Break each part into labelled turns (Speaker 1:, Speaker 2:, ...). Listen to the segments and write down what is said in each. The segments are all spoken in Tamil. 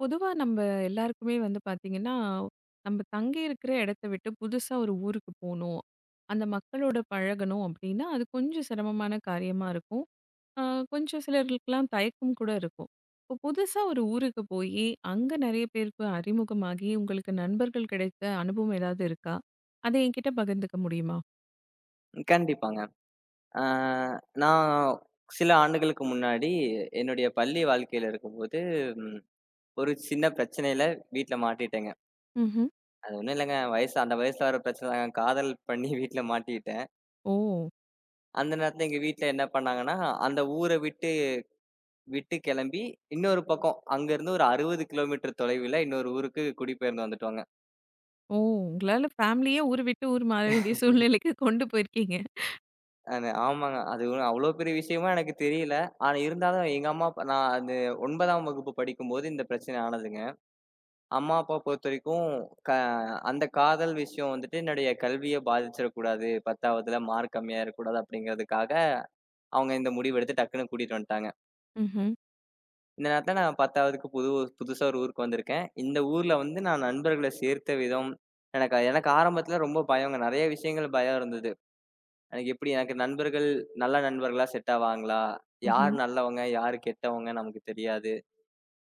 Speaker 1: பொதுவா நம்ம எல்லாருக்குமே வந்து பார்த்தீங்கன்னா, நம்ம தங்கி இருக்கிற இடத்த விட்டு புதுசா ஒரு ஊருக்கு போணும். அந்த மக்களோட பழகணும் அப்டின்னா, அது கொஞ்சம் சிரமமான காரியமா இருக்கும். அ கொஞ்சம் சிலருக்குலாம் தயக்கம் கூட இருக்கும். இப்போ புதுசா ஒரு ஊருக்கு போயி, அங்க நெறைய பேருக்கு அறிமுகமாகி, உங்களுக்கு நண்பர்கள் கிடைத்த அனுபவம் ஏதாவது இருக்கா? அத என்கிட்ட பகிர்ந்துக்க முடியுமா?
Speaker 2: ம். கண்டிப்பாங்க. அ நான் சில ஆண்டுகளுக்கு முன்னாடி என்னுடைய பள்ளி வாழ்க்கையில இருக்கும்போது, ம் ஒரு சின்ன பிரச்சனையில வீட்ல மாட்டிட்டேங்க.
Speaker 1: ம்ஹ்ம்.
Speaker 2: அது ஒண்ணும் இல்லங்க. வயசு அந்த வயசுல வர பிரச்சனை தாங்க. காதல் பண்ணி வீட்ல மாட்டிக்கிட்டேன்.
Speaker 1: ஓ!
Speaker 2: அந்த நேரத்துல எங்க வீட்ல என்ன பண்ணாங்கன்னா, அந்த ஊர விட்டு விட்டு கெளம்பி இன்னொரு பக்கம் அங்கருந்து ஒரு 60 கிலோமீட்டர் தொலைவில இன்னொரு ஊருக்கு குடிபெயர்ந்து வந்துட்டோங்க.
Speaker 1: ஓ! உங்களால ஃபேமிலியே ஊர் விட்டு ஊர் மாற வேண்டிய சூழ்நிலைக்கு கொண்டு போயிருக்கீங்க.
Speaker 2: அது ஆமாங்க. அது அவ்ளோ பெரிய விஷயமா எனக்கு தெரியல. ஆனா இருந்தாலும் எங்க அம்மா அப்பா நான் அது 9ஆம் வகுப்பு படிக்கும்போது இந்த பிரச்சனை ஆனதுங்க. அம்மா, அப்பா பொறுத்தவரைக்கும், க அந்த காதல் விஷயம் வந்துட்டு என்னுடைய கல்விய பாதிச்சிடக் கூடாது. 10வதுல மார்க் கம்மியா இருக்கக்கூடாது அப்படிங்கிறதுக்காக, அவங்க இந்த முடிவு எடுத்து டக்குன்னு கூட்டிட்டு வந்துட்டாங்க.
Speaker 1: ம்ஹ்ம்.
Speaker 2: இந்த நேரத்துல நான் 10வதுக்கு புதுசா ஒரு ஊருக்கு வந்திருக்கேன். இந்த ஊர்ல வந்து நான் நண்பர்கள சேர்த்த விதம், எனக்கு எனக்கு ஆரம்பத்துல ரொம்ப பயங்க. நெறைய விஷயங்கள் பயம் இருந்தது. எனக்கு எப்படி எனக்கு நண்பர்கள் நல்ல நண்பர்களா செட் ஆவாங்களா? யார்
Speaker 1: ம்ஹ்ம்.
Speaker 2: நல்லவங்க? யார் கெட்டவங்க? நமக்கு தெரியாது.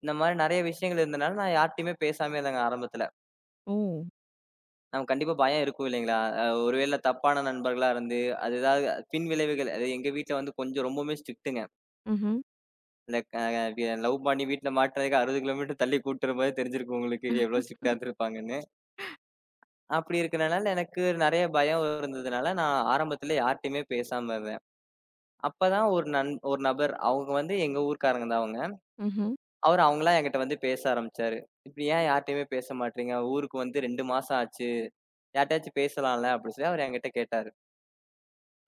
Speaker 2: இந்த மாரி நெறைய விஷயங்கள் இருந்தனால, நான் யார்ட்டயுமே பேசாமயே இருந்தேங்க ஆரம்பத்துல.
Speaker 1: ஓ!
Speaker 2: நமக்கு கண்டிப்பா பயம் இருக்கும் இல்லைங்களா? ஒருவேள தப்பான நண்பர்களா இருந்து, அது ஏதாவது பின் விளைவுகள் அது எங்க வீட்ல வந்து கொஞ்சம் ரொம்பவுமே ஸ்ட்ரிக்ட்டுங்க.
Speaker 1: ம்ஹ்ம்.
Speaker 2: இந்த க வி லவ் பண்ணி வீட்ல மாட்டுனதுக்கு 60 கிலோமீட்டர் தள்ளி கூட்டுற மாரி தெரிஞ்சிருக்கும் உங்களுக்கு, எவ்ளோ ஸ்ட்ரிக்ட்டா இருந்திருப்பாங்கன்னு. அப்படி இருக்கறனால எனக்கு நெறைய பயம் இருந்ததுனால, நான் ஆரம்பத்தில யார்ட்டயுமே பேசாம இருந்தேன். அப்பதான் ஒரு நபர் அவங்க வந்து எங்க ஊர்க்காரங்க தான் அவங்க.
Speaker 1: ம்ஹ்ம்.
Speaker 2: அவரு அவங்களா என்கிட்ட வந்து பேச ஆரம்பிச்சாரு. "இப்படி ஏன் யார்ட்டயுமே பேச மாட்றீங்க? ஊருக்கு வந்து 2 மாசம் ஆச்சு. யார்ட்டயாச்சும் பேசலாம்ல?" அப்படி சொல்லி அவரு என்கிட்ட கேட்டாரு.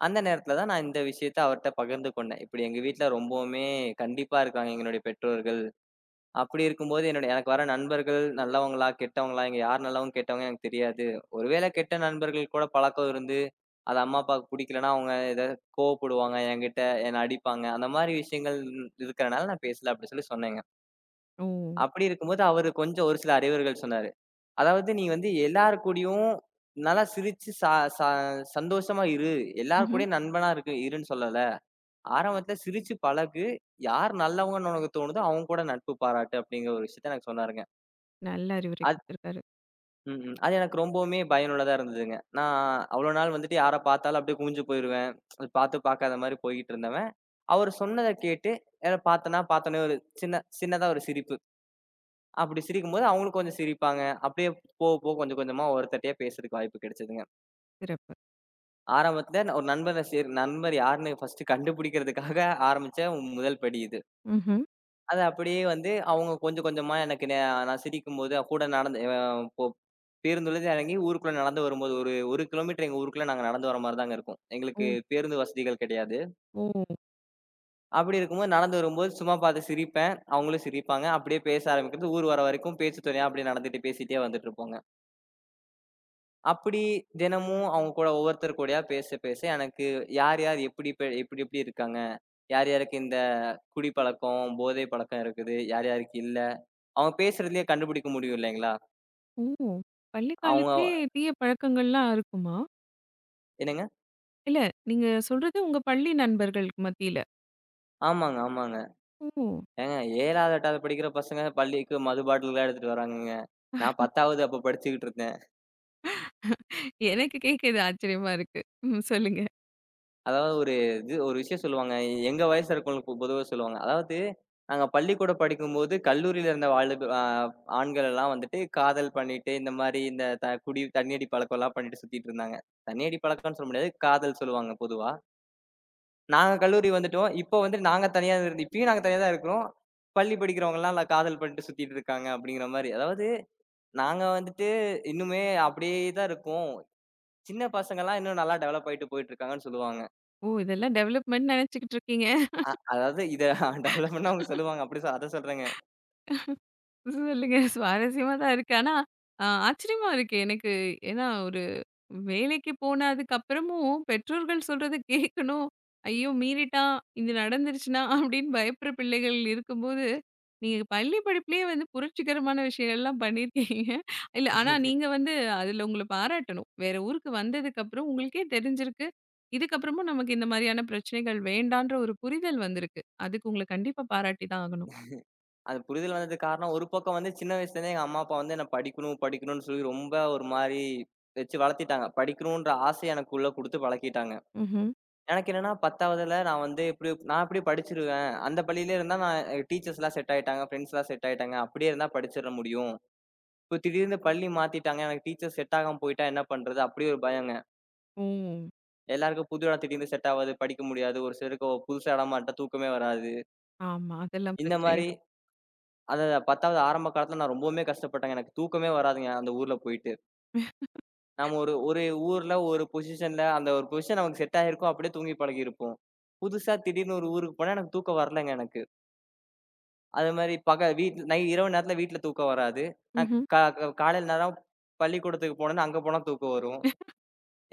Speaker 2: அந்த நேரத்துல தான் நான் இந்த விஷயத்த அவர்ட்ட பகிர்ந்து கொண்டேன். இப்படி எங்க வீட்ல ரொம்பவுமே கண்டிப்பா இருக்காங்க எங்களுடைய பெற்றோர்கள். அப்படி இருக்கும்போது என்னுடைய எனக்கு வர நண்பர்கள் நல்லவங்களா, கெட்டவங்களா, இங்க யார் நல்லவங்க, கெட்டவங்க எனக்கு தெரியாது. ஒருவேளை கெட்ட நண்பர்கள் கூட பழக்கம் இருந்து, அது அம்மா, அப்பாவுக்கு புடிக்கலன்னா அவங்க கோவப்படுவாங்க என்கிட்ட, என்ன அடிப்பாங்க. அந்த மாரி விஷயங்கள் இருக்கிறனால நான் பேசல அப்படி சொல்லி சொன்னேங்க.
Speaker 1: ஓ!
Speaker 2: அப்படி இருக்கும்போது அவரு கொஞ்சம் ஒரு சில அறிவுரைகள் சொன்னாரு. அதாவது நீ வந்து எல்லார் கூடயும் நல்லா சிரிச்சு ச ச சந்தோஷமா இரு. எல்லார்
Speaker 1: ம்ஹ்ம்.
Speaker 2: கூடயும் நண்பனா இருன்னு சொல்லல. ஆரம்பத்துல சிரிச்சு பழகு. யார் நல்லவங்கன்னு உனக்கு தோணுதோ, அவங்க கூட நட்பு பாராட்டு அப்படிங்கிற ஒரு விஷயத்த எனக்கு சொன்னாருங்க.
Speaker 1: நல்ல அறிவுரை
Speaker 2: அது
Speaker 1: குடுத்திருக்காரு.
Speaker 2: ம், ம். அது எனக்கு ரொம்பவுமே பயனுள்ளதா இருந்ததுங்க. நான் அவ்வளோ நாள் வந்துட்டு யார பார்த்தாலும் அப்படியே குனிஞ்சு போயிருவேன். அது பார்த்து பார்க்காத மாரி போய்க்கிட்டு இருந்தவன், அவரு சொன்னத கேட்டு யார பார்த்தேன்னா, பார்த்தோனே ஒரு சின்ன சின்னதா ஒரு சிரிப்பு. அப்படி சிரிக்கும்போது அவங்களும் கொஞ்சம் சிரிப்பாங்க. அப்படியே போக, போக கொஞ்சம் கொஞ்சமா ஒருத்தட்டயா பேசுறதுக்கு வாய்ப்பு கிடைச்சதுங்க.
Speaker 1: சிறப்பு.
Speaker 2: ஆரம்பத்துல நான் ஒரு நண்பர சேர் நண்பர் யாருன்னு ஃபர்ஸ்ட்டு கண்டுபிடிக்கிறதுக்காக ஆரம்பிச்ச முதல் படி இது.
Speaker 1: ம்ஹ்ம்.
Speaker 2: அது அப்படியே வந்து அவங்க கொஞ்சம் கொஞ்சமா எனக்கு நான் சிரிக்கும்போது, கூட நடந்து அ பொ பேருந்துலருந்து இறங்கி ஊருக்குள்ள நடந்து வரும்போது, ஒரு 1 கிலோமீட்டர் எங்க ஊருக்குள்ள நாங்க நடந்து வர மாரி தாங்க இருக்கும். எங்களுக்கு
Speaker 1: ஓ!
Speaker 2: பேருந்து வசதிகள் கிடையாது.
Speaker 1: ஓ!
Speaker 2: அப்படி இருக்கும்போது நடந்து வரும்போது சும்மா பார்த்து சிரிப்பேன். அவங்களும் சிரிப்பாங்க. அப்படியே பேச ஆரம்பிக்கிறது. ஊர் வர வரைக்கும் பேச்சு துணையா அப்படியே நடந்துட்டு பேசிட்டே வந்துட்டு இருப்போங்க. அப்படி தினமும் அவங்க கூட ஒவ்வொருத்தர் கூடயா பேச, பேச எனக்கு யார் யார் எப்படி இப்ப எப்படி எப்படி இருக்காங்க? யார் யாருக்கு இந்த குடிப்பழக்கம், போதை பழக்கம் இருக்குது? யார் யாருக்கு இல்ல? அவங்க பேசுறதுலயே கண்டுபிடிக்க முடியும் இல்லைங்களா?
Speaker 1: ஓ! பள்ளி
Speaker 2: அவங்க
Speaker 1: காலத்திலே தீய பழக்கங்கள்லாம் இருக்குமா?
Speaker 2: என்னங்க?
Speaker 1: இல்ல நீங்க சொல்றது உங்க பள்ளி நண்பர்களுக்கு மத்தியில.
Speaker 2: ஆமாங்க, ஆமாங்க.
Speaker 1: ஓ!
Speaker 2: ஏங்க 7வது, 8வது படிக்கிற பசங்க பள்ளிக்கு மது பாட்டில்லாம் எடுத்துட்டு வராங்கங்க. நான் 10வது அப்ப படிச்சுக்கிட்டு இருந்தேன்.
Speaker 1: எனக்கு கேட்க இது ஆச்சரியமா இருக்கு. ம் சொல்லுங்க.
Speaker 2: அதாவது ஒரு இது ஒரு விஷயம் சொல்லுவாங்க. எங்க வயசுல இருக்கவங்களுக்கு பொதுவா சொல்லுவாங்க. அதாவது நாங்க பள்ளிக்கூடம் படிக்கும்போது கல்லூரியில இருந்த வாலிப ஆ ஆண்கள் எல்லாம் வந்துட்டு காதல் பண்ணிட்டு, இந்த மாரி இந்த குடி தண்ணி அடி பழக்கம்லாம் பண்ணிட்டு சுத்திட்டு இருந்தாங்க. தண்ணி அடி பழக்கம்ன்னு சொல்ல முடியாது. காதல் சொல்லுவாங்க பொதுவா. நாங்க கல்லூரி வந்துட்டோம். இப்போ வந்து நாங்க தனியா இருந்து இப்பயும் நாங்க தனியா தான் இருக்கிறோம். பள்ளி படிக்கிறவங்கலாம் நான் காதல் பண்ணிட்டு சுத்திட்டு இருக்காங்க அப்படிங்கிற மாரி. அதாவது நாங்க வந்துட்டு இன்னுமே அப்படியே தான் இருக்கோம். சின்ன பசங்கலாம் இன்னும் நல்லா டெவலப் ஆயிட்டு போயிட்டு இருக்காங்கன்னு சொல்லுவாங்க.
Speaker 1: ஓ! இதெல்லாம் டெவலப்மென்ட் நெனச்சுக்கிட்டு இருக்கீங்க.
Speaker 2: அதாவது இத டெவலப்மென்ட்னு அவங்க சொல்லுவாங்க. அப்படி அத சொல்றேங்க.
Speaker 1: சொல்லுங்க. சுவாரஸ்யமா தான் இருக்கு. ஆனா, ஆச்சரியமா இருக்கு எனக்கு. ஏன்னா ஒரு வேலைக்கு போனதுக்கு அப்புறமும் பெற்றோர்கள் சொல்றத கேட்கணும். ஐயோ! மீறிட்டான், இது நடந்துருச்சுனா அப்படின்னு பயப்படுற பிள்ளைகள் இருக்கும்போது, நீங்க பள்ளி படிப்பிலேயே வந்து புரட்சிகரமான விஷயங்கள்லாம் பண்ணியிருக்கீங்க. இல்ல ஆனா நீங்க வந்து அதில உங்கள பாராட்டணும். வேற ஊருக்கு வந்ததுக்கப்புறம் உங்களுக்கே தெரிஞ்சிருக்கு. இதுக்கப்புறமும் நமக்கு இந்த மாரியான பிரச்சனைகள் வேண்டான்ற ஒரு புரிதல் வந்திருக்கு. அதுக்கு உங்கள கண்டிப்பா பாராட்டி தான் ஆகணும்.
Speaker 2: அது புரிதல் வந்ததுக்கு காரணம் ஒரு பக்கம் வந்து சின்ன வயசுலேருந்தே எங்க அம்மா, அப்பா வந்து என்ன படிக்கணும், படிக்கணும்னு சொல்லி ரொம்ப ஒரு மாரி வச்சு வளர்த்திட்டாங்க. படிக்கணுன்ற ஆசைய எனக்குள்ள குடுத்து பழக்கிட்டாங்க.
Speaker 1: ம்ஹ்ம்.
Speaker 2: எனக்கு என்னன்னா 10வதுல நான் வந்து இப்டி நான் இப்டியே படிச்சுருவேன். அந்த பள்ளியிலே இருந்தா நான் டீச்சர்ஸ்லாம் செட் ஆயிட்டாங்க, ஃப்ரெண்ட்ஸ்லாம் செட் ஆயிட்டாங்க. அப்டியே இருந்தா படிச்சிற முடியும். இப்போ திடீர்னு பள்ளி மாத்திட்டாங்க. எனக்கு டீச்சர் செட் ஆகாம போயிட்டா என்ன பண்றது? அப்டி ஒரு பயங்க.
Speaker 1: ஓ!
Speaker 2: எல்லாருக்கும் புது இடம் திடீர்னு செட் ஆவாது, படிக்க முடியாது. ஒரு சிலருக்கு புதுசா இடமா இருந்துட்டா தூக்கமே வராது.
Speaker 1: ஆமா. அதெல்லாம்
Speaker 2: இந்த மாரி
Speaker 1: பிரச்சனைகள்.
Speaker 2: அது 10வது ஆரம்ப காலத்துல நான் ரொம்பவுமே கஷ்டப்பட்டேங்க. எனக்கு தூக்கமே வராதுங்க அந்த ஊர்ல போயிட்டு. நம்ம ஒரு ஒரு ஊர்ல ஒரு பொசிஷன்ல அந்த ஒரு பொசிஷன் நமக்கு செட் ஆகியிருக்கும். அப்டியே தூங்கி பழகியிருப்போம். புதுசா திடீர்னு ஒரு ஊருக்கு போனா எனக்கு தூக்கம் வரலங்க எனக்கு. அது மாரி வீட்ல இரவு நேரத்தில வீட்ல தூக்கம் வராது. அ
Speaker 1: ம்ஹ்ம்.
Speaker 2: கா க காலையில நேரம் பள்ளிக்கூடத்துக்கு போனோம்னா, அங்க போனா தூக்கம் வரும்.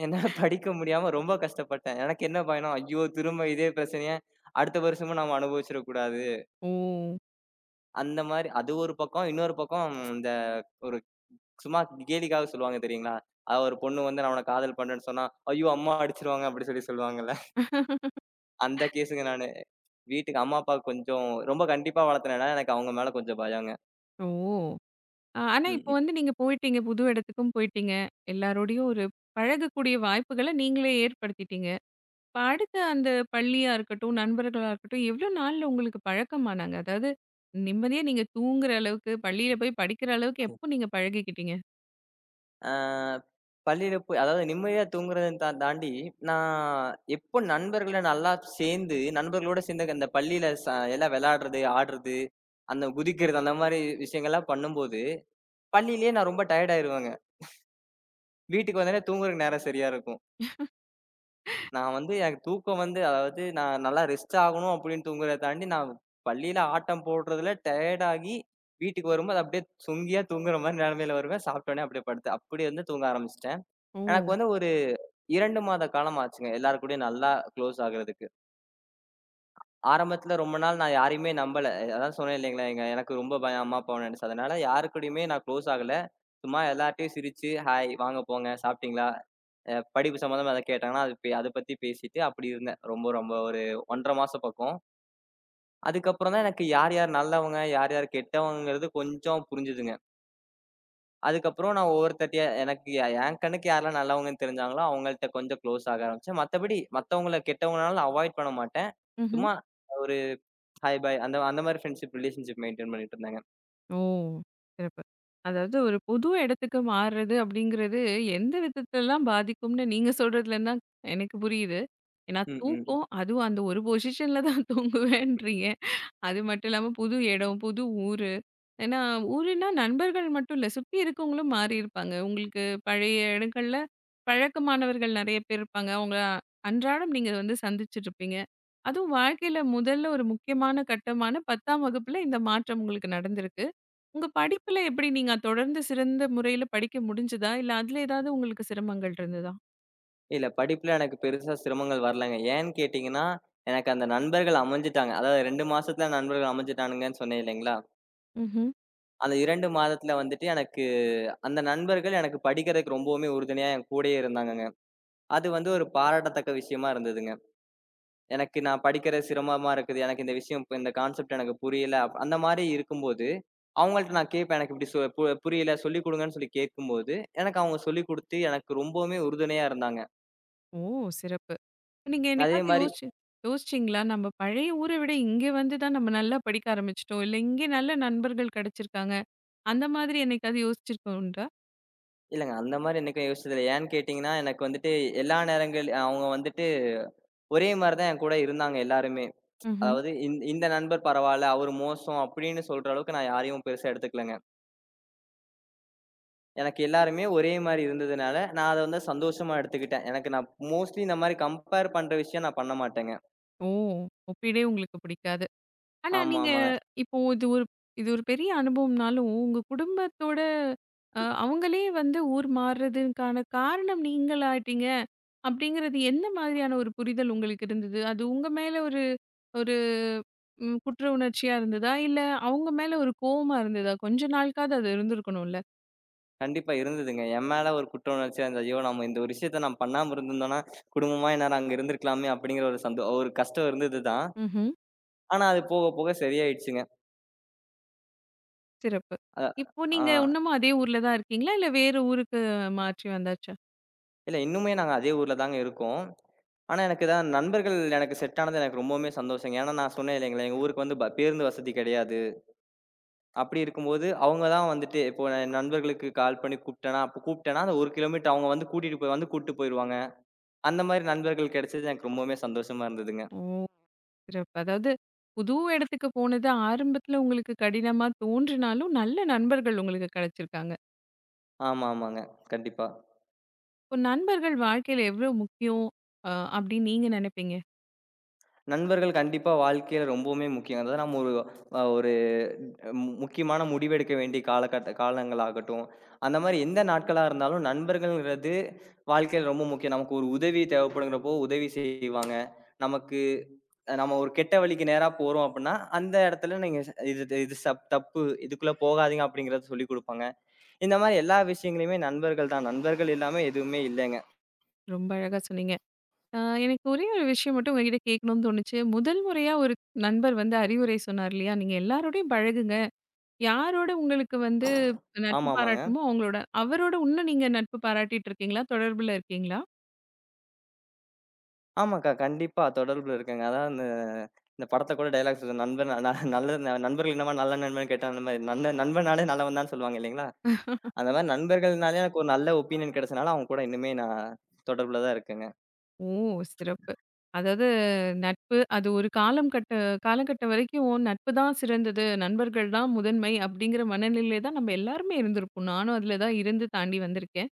Speaker 2: என்னால படிக்க முடியாம ரொம்ப கஷ்டப்பட்டேன். எனக்கு என்ன பயணம், ஐயோ! திரும்ப இதே பிரச்சனைய அடுத்த வருஷமும் நம்ம அனுபவிச்சிடக்கூடாது.
Speaker 1: ஓ!
Speaker 2: அந்த மாரி அது ஒரு பக்கம். இன்னொரு பக்கம் இந்த ஒரு சும்மா கேலிக்காக சொல்லுவாங்க தெரியுங்களா? ஒரு பொண்ணு வந்து நான் உன்ன காதல் பண்றேன்னு சொன்னா, ஐயோ! அம்மா அடிச்சுருவாங்க அப்படி சொல்லி சொல்லுவாங்கல்ல. அந்த கேஸுங்க நானு. வீட்டுக்கு அம்மா, அப்பா கொஞ்சம் ரொம்ப கண்டிப்பா வளர்த்தனால எனக்கு அவங்க மேல கொஞ்சம் பயங்க.
Speaker 1: ஓ! ஆ, ஆனா இப்போ
Speaker 2: ம்.
Speaker 1: வந்து நீங்க போயிட்டீங்க. புது இடத்துக்கும் போயிட்டீங்க. எல்லாரோடையும் ஒரு பழகக்கூடிய வாய்ப்புகள நீங்களே ஏற்படுத்திட்டீங்க. இப்ப அடுத்த அந்த பள்ளியா இருக்கட்டும், நண்பர்களா இருக்கட்டும், எவ்ளோ நாள்ல உங்களுக்கு பழக்கமானாங்க? அதாவது நிம்மதியா நீங்க தூங்குற அளவுக்கு, பள்ளியில போய் படிக்கிற அளவுக்கு எப்போ நீங்க பழகிக்கிட்டீங்க?
Speaker 2: ஆ பள்ளியில போய் அதாவது நிம்மதியா தூங்குறத தாண்டி, நான் எப்போ நண்பர்கள நல்லா சேர்ந்து, நண்பர்களோட சேர்ந்து அந்த பள்ளியில எல்லாம் விளையாடுறது, ஆடுறது, அந்த குதிக்கிறது அந்த மாரி விஷயங்கள்லாம் பண்ணும்போது, பள்ளியிலேயே நான் ரொம்ப டயர்ட் ஆயிருவேங்க. வீட்டுக்கு வந்தோனே தூங்குறதுக்கு நேரம் சரியா இருக்கும். நான் வந்து எனக்கு தூக்கம் வந்து அதாவது நான் நல்லா ரெஸ்ட் ஆகணும் அப்படின்னு தூங்குறத தாண்டி, நான் பள்ளியில ஆட்டம் போடுறதுல டயர்ட் ஆகி, வீட்டுக்கு வரும்போது அப்படியே சொங்கியா தூங்குற மாரி நெலைமையில வருவேன். சாப்பிட்ட உடனே அப்படியே படுத்து அப்படி வந்து தூங்க ஆரம்பிச்சுட்டேன்.
Speaker 1: ஓ!
Speaker 2: எனக்கு வந்து ஒரு 2 மாத காலம் ஆச்சுங்க. எல்லார் கூடயும் நல்லா குளோஸ் ஆகுறதுக்கு. ஆரம்பத்துல ரொம்ப நாள் நான் யாரையுமே நம்பல. அதான் சொன்னேன் இல்லைங்களா, எங்க எனக்கு ரொம்ப பயம் அம்மா, அப்பாவ நெனச்சு. அதனால யாரு கூடயுமே நான் குளோஸ் ஆகல. சும்மா எல்லார்ட்டயும் சிரிச்சு, "ஹாய், வாங்க போங்க, சாப்பிட்டீங்களா?" படிப்பு சம்மந்தமா எதாவது கேட்டாங்கன்னா, அது அத பத்தி பேசிட்டு அப்படி இருந்தேன். ரொம்ப ரொம்ப ஒரு 1 1/2 மாசம் பக்கம். அதுக்கப்புறம் தான் எனக்கு யார் யார் நல்லவங்க, யார் யார் கெட்டவங்கங்கிறது கொஞ்சம் புரிஞ்சுதுங்க. அதுக்கப்புறம் நான் ஒவ்வொருத்தர்ட்டயா எனக்கு என் கண்ணுக்கு யாரெல்லாம் நல்லவங்கன்னு தெரிஞ்சாங்களோ, அவங்கள்ட்ட கொஞ்சம் க்ளோஸ் ஆக ஆரம்பிச்சேன். மத்தபடி மத்தவங்கள கெட்டவங்கனாலும் அவாய்ட் பண்ண மாட்டேன்.
Speaker 1: ம்ஹ்ம்.
Speaker 2: சும்மா ஒரு ஹாய், பாய் அந்த அந்த மாரி ஃப்ரெண்ட்ஷிப் ரிலேஷன்ஷிப் மெயின்டெயின் பண்ணிட்டு இருந்தேங்க.
Speaker 1: ஓ! சிறப்பு. அதாவது ஒரு புது இடத்துக்கு மாறுறது அப்படிங்கிறது, எந்த விதத்துலலாம் பாதிக்கும்னு நீங்க சொல்றதுலருந்து தான் எனக்கு புரியுது. ஏன்னா
Speaker 2: ம், ம்.
Speaker 1: தூக்கம், அதுவும் அந்த ஒரு பொசிஷன்ல தான் தூங்குவேன்றீங்க. அது மட்டும் இல்லாம புது இடம், புது ஊரு. ஏன்னா ஊருன்னா நண்பர்கள் மட்டும் இல்ல, சுத்தி இருக்கவங்களும் மாறியிருப்பாங்க. உங்களுக்கு பழைய இடங்கள்ல பழக்கமானவர்கள் நெறைய பேர் இருப்பாங்க. அவங்க அன்றாடம் நீங்க வந்து சந்திச்சுட்டுருப்பீங்க. அதுவும் வாழ்க்கையில முதல்ல ஒரு முக்கியமான கட்டமான 10ஆம் வகுப்புல இந்த மாற்றம் உங்களுக்கு நடந்திருக்கு. உங்க படிப்புல எப்படி நீங்க தொடர்ந்து சிறந்த முறையில படிக்க முடிஞ்சதா? இல்ல அதுல ஏதாவது உங்களுக்கு சிரமங்கள் இருந்ததா?
Speaker 2: இல்ல படிப்புல எனக்கு பெருசா சிரமங்கள் வரலங்க. ஏன்னு கேட்டீங்கன்னா, எனக்கு அந்த நண்பர்கள் அமைஞ்சுட்டாங்க. அதாவது 2 மாசத்துல நண்பர்கள் அமைஞ்சுட்டானுங்கன்னு சொன்னேன் இல்லைங்களா?
Speaker 1: ம்ஹ்ம்.
Speaker 2: அந்த 2 மாதத்துல வந்துட்டு எனக்கு அந்த நண்பர்கள் எனக்கு படிக்கிறதுக்கு ரொம்பவுமே உறுதுணையா என் கூடயே இருந்தாங்கங்க. அது வந்து ஒரு பாராட்டத்தக்க விஷயமா இருந்ததுங்க. எனக்கு நான் படிக்கிறது சிரமமா இருக்குது. எனக்கு இந்த விஷயம் இப்ப இந்த கான்செப்ட் எனக்கு புரியல. அந்த மாரி இருக்கும்போது, அவங்கள்ட்ட நான் கேட்பேன். எனக்கு இப்படி சொ பு புரியல சொல்லிக் குடுங்கன்னு சொல்லி கேட்கும்போது, எனக்கு அவங்க சொல்லிக் குடுத்து எனக்கு ரொம்பவுமே உறுதுணையா இருந்தாங்க.
Speaker 1: ஓ! சிறப்பு. நீங்க
Speaker 2: அதே
Speaker 1: என்னைக்காவது
Speaker 2: மாரி
Speaker 1: யோசிச்சீங்களா? நம்ம பழைய ஊர விட இங்க வந்து தான் நம்ம நல்லா படிக்க ஆரம்பிச்சுட்டோம். இல்ல இங்க நல்ல நண்பர்கள் கிடைச்சிருக்காங்க. அந்த மாதிரி என்னைக்காவது யோசிச்சிருக்க உண்டா?
Speaker 2: இல்லங்க அந்த மாரி என்னைக்கும் யோசிச்சது இல்ல. ஏன்னு கேட்டீங்கன்னா, எனக்கு வந்துட்டு எல்லா நேரங்கள் அவங்க வந்துட்டு ஒரே மாரி தான் என் கூட இருந்தாங்க எல்லாருமே.
Speaker 1: ம்ஹ்ம்.
Speaker 2: அதாவது இந்த நண்பர் பரவால்ல, அவரு மோசம் அப்படின்னு சொல்ற அளவுக்கு நான் யாரையும் பெருசா எடுத்துக்கலங்க. எனக்கு எல்லாருமே ஒரே மாரி இருந்ததுனால, நான் அத வந்து சந்தோஷமா எடுத்துக்கிட்டேன். எனக்கு நான் மோஸ்ட்லி இந்த மாரி கம்பேர் பண்ற விஷயம் நான் பண்ண மாட்டேங்க.
Speaker 1: ஓ! ஒப்பிடவே உங்களுக்கு பிடிக்காது. ஆனா,
Speaker 2: ஆமா,
Speaker 1: நீங்க
Speaker 2: ஆமாங்க.
Speaker 1: இப்போ இது ஒரு பெரிய அனுபவம்னாலும், உங்க குடும்பத்தோட அவங்களே வந்து ஊர் மாறுறதுக்கான காரணம் நீங்களாயிட்டீங்க, அப்படிங்கிறது எந்த மாதிரியான ஒரு புரிதல் உங்களுக்கு இருந்தது? அது உங்க மேல ஒரு ஒரு குற்ற உணர்ச்சியா இருந்ததா? இல்ல அவங்க மேல ஒரு கோவமா இருந்ததா? கொஞ்ச நாளுக்காவது அது இருந்திருக்கணும்ல?
Speaker 2: கண்டிப்பா இருந்ததுங்க. என் மேல ஒரு குற்ற உணர்ச்சியா இருந்தது. ஐயோ! நம்ம இந்த ஒரு விஷயத்த நம்ம பண்ணாம இருந்திருந்தோம்னா, குடும்பமா எந்நேரம் அங்க இருந்திருக்கலாமே! அப்படிங்கிற ஒரு கஷ்டம் இருந்தது தான்.
Speaker 1: ம்ஹ்ம்.
Speaker 2: ஆனா, அது போக போக சரியாயிடுச்சுங்க.
Speaker 1: சிறப்பு.
Speaker 2: அ
Speaker 1: இப்போ
Speaker 2: ஆ
Speaker 1: நீங்க இன்னமும் அதே ஊர்ல தான் இருக்கீங்களா? இல்ல வேற ஊருக்கு மாற்றி வந்தாச்சா?
Speaker 2: இல்ல இன்னுமே நாங்க அதே ஊர்ல தாங்க இருக்கோம். ஆனா, எனக்கு தான் நண்பர்கள் எனக்கு செட் ஆனது எனக்கு ரொம்பவுமே சந்தோஷங்க. ஏன்னா நான் சொன்னேன் இல்லைங்களா, எங்க ஊருக்கு வந்து பேருந்து வசதி கிடையாது. அப்படி இருக்கும்போது, அவங்க தான் வந்துட்டு இப்போ நான் என் நண்பர்களுக்கு கால் பண்ணி கூப்பிட்டேன்னா, அப்ப கூப்பிட்டேன்னா, அந்த 1 கிலோமீட்டர் அவங்க வந்து கூட்டிட்டு போய் வந்து கூட்டு போயிருவாங்க. அந்த மாரி நண்பர்கள் கிடைச்சது எனக்கு ரொம்பவுமே சந்தோஷமா இருந்ததுங்க.
Speaker 1: ஓ! சிறப்பு. அதாவது புது இடத்துக்கு போனது ஆரம்பத்துல உங்களுக்கு கடினமா தோன்றினாலும், நல்ல நண்பர்கள் உங்களுக்கு கிடைச்சிருக்காங்க.
Speaker 2: ஆமா, ஆமாங்க. கண்டிப்பா.
Speaker 1: இப்போ நண்பர்கள் வாழ்க்கையில எவ்ளோ முக்கியம் அ அப்படின்னு நீங்க நினைப்பீங்க?
Speaker 2: நண்பர்கள் கண்டிப்பா வாழ்க்கையில ரொம்பவுமே முக்கியம். அதாவது நம்ம ஒரு அ ஒரு மு முக்கியமான முடிவெடுக்க வேண்டிய காலங்களாகட்டும், அந்த மாரி எந்த நாட்களா இருந்தாலும் நண்பர்கள்ங்கிறது வாழ்க்கையில ரொம்ப முக்கியம். நமக்கு ஒரு உதவி தேவைப்படுங்கிறப்போ உதவி செய்வாங்க. நமக்கு நம்ம ஒரு கெட்ட வழிக்கு நேரா போறோம் அப்டின்னா, அந்த இடத்துல நீங்க இது இது இது தப்பு. இதுக்குள்ள போகாதீங்க அப்டிங்கிறத சொல்லிக் குடுப்பாங்க. இந்த மாரி எல்லா விஷயங்களையுமே நண்பர்கள் தான். நண்பர்கள் இல்லாம எதுவுமே இல்லங்க.
Speaker 1: ரொம்ப அழகா சொன்னீங்க. அ எனக்கு ஒரே ஒரு விஷயம் மட்டும் உங்ககிட்ட கேட்கணும்னு தோணுச்சு. முதல் முறையா ஒரு நண்பர் வந்து அறிவுரை சொன்னார் இல்லையா? "நீங்க எல்லாரோடையும் பழகுங்க. யாரோட உங்களுக்கு வந்து நட்பு
Speaker 2: ஆமாமாங்க.
Speaker 1: பாராட்டணுமோ அவங்களோட" அவரோட இன்னும் நீங்க நட்பு பாராட்டிட்டு இருக்கீங்களா? தொடர்புல இருக்கீங்களா?
Speaker 2: ஆமாக்கா. கண்டிப்பா தொடர்புல இருக்கேங்க. அதான் இந்த இந்த படத்த கூட டயலாக் சொல்லும். நல்ல நண்பர்கள் என்னவா நல்ல நண்பன் கேட்டா அந்த மாரி நல்ல நண்பனாலே நல்லவன் தான் சொல்லுவாங்க இல்லைங்களா? அந்த மாரி நண்பர்கள்னாலே எனக்கு ஒரு நல்ல ஒப்பீனியன் கிடைச்சனால அவங்க கூட இன்னுமே நான் தொடர்புல தான் இருக்கேங்க.
Speaker 1: ஓ! சிறப்பு. அதாவது நட்பு அது ஒரு காலம் கட்ட காலகட்டம் வரைக்கும் நட்பு தான் சிறந்தது, நண்பர்கள் தான் முதன்மை அப்படிங்கிற மனநிலையில தான் நம்ம எல்லாருமே இருந்திருப்போம். நானும் அதில தான் இருந்து தாண்டி வந்திருக்கேன்.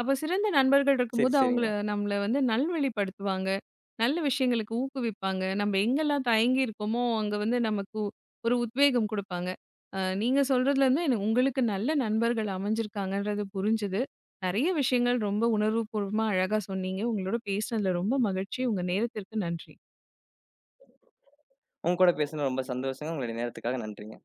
Speaker 1: அப்ப சிறந்த நண்பர்கள்
Speaker 2: சரி,
Speaker 1: இருக்கும்போது, அவங்கள
Speaker 2: சரிங்க.
Speaker 1: நம்மள வந்து நல்வழிப்படுத்துவாங்க. நல்ல விஷயங்களுக்கு ஊக்குவிப்பாங்க. நம்ம எங்கெல்லாம் தயங்கி இருக்கோமோ, அங்க வந்து நமக்கு ஒரு உத்வேகம் குடுப்பாங்க. நீங்க சொல்றதுலருந்து எனக்கு உங்களுக்கு நல்ல நண்பர்கள் அமைஞ்சிருக்காங்கன்றது புரிஞ்சுது. நெறைய விஷயங்கள் ரொம்ப உணர்வுபூர்வமா அழகா சொன்னீங்க. உங்களோட பேசினதுல ரொம்ப மகிழ்ச்சி. உங்க நேரத்திற்கு நன்றி.
Speaker 2: உங்க கூட பேசுனது ரொம்ப சந்தோஷங்க. உங்களுடைய நேரத்துக்காக நன்றிங்க.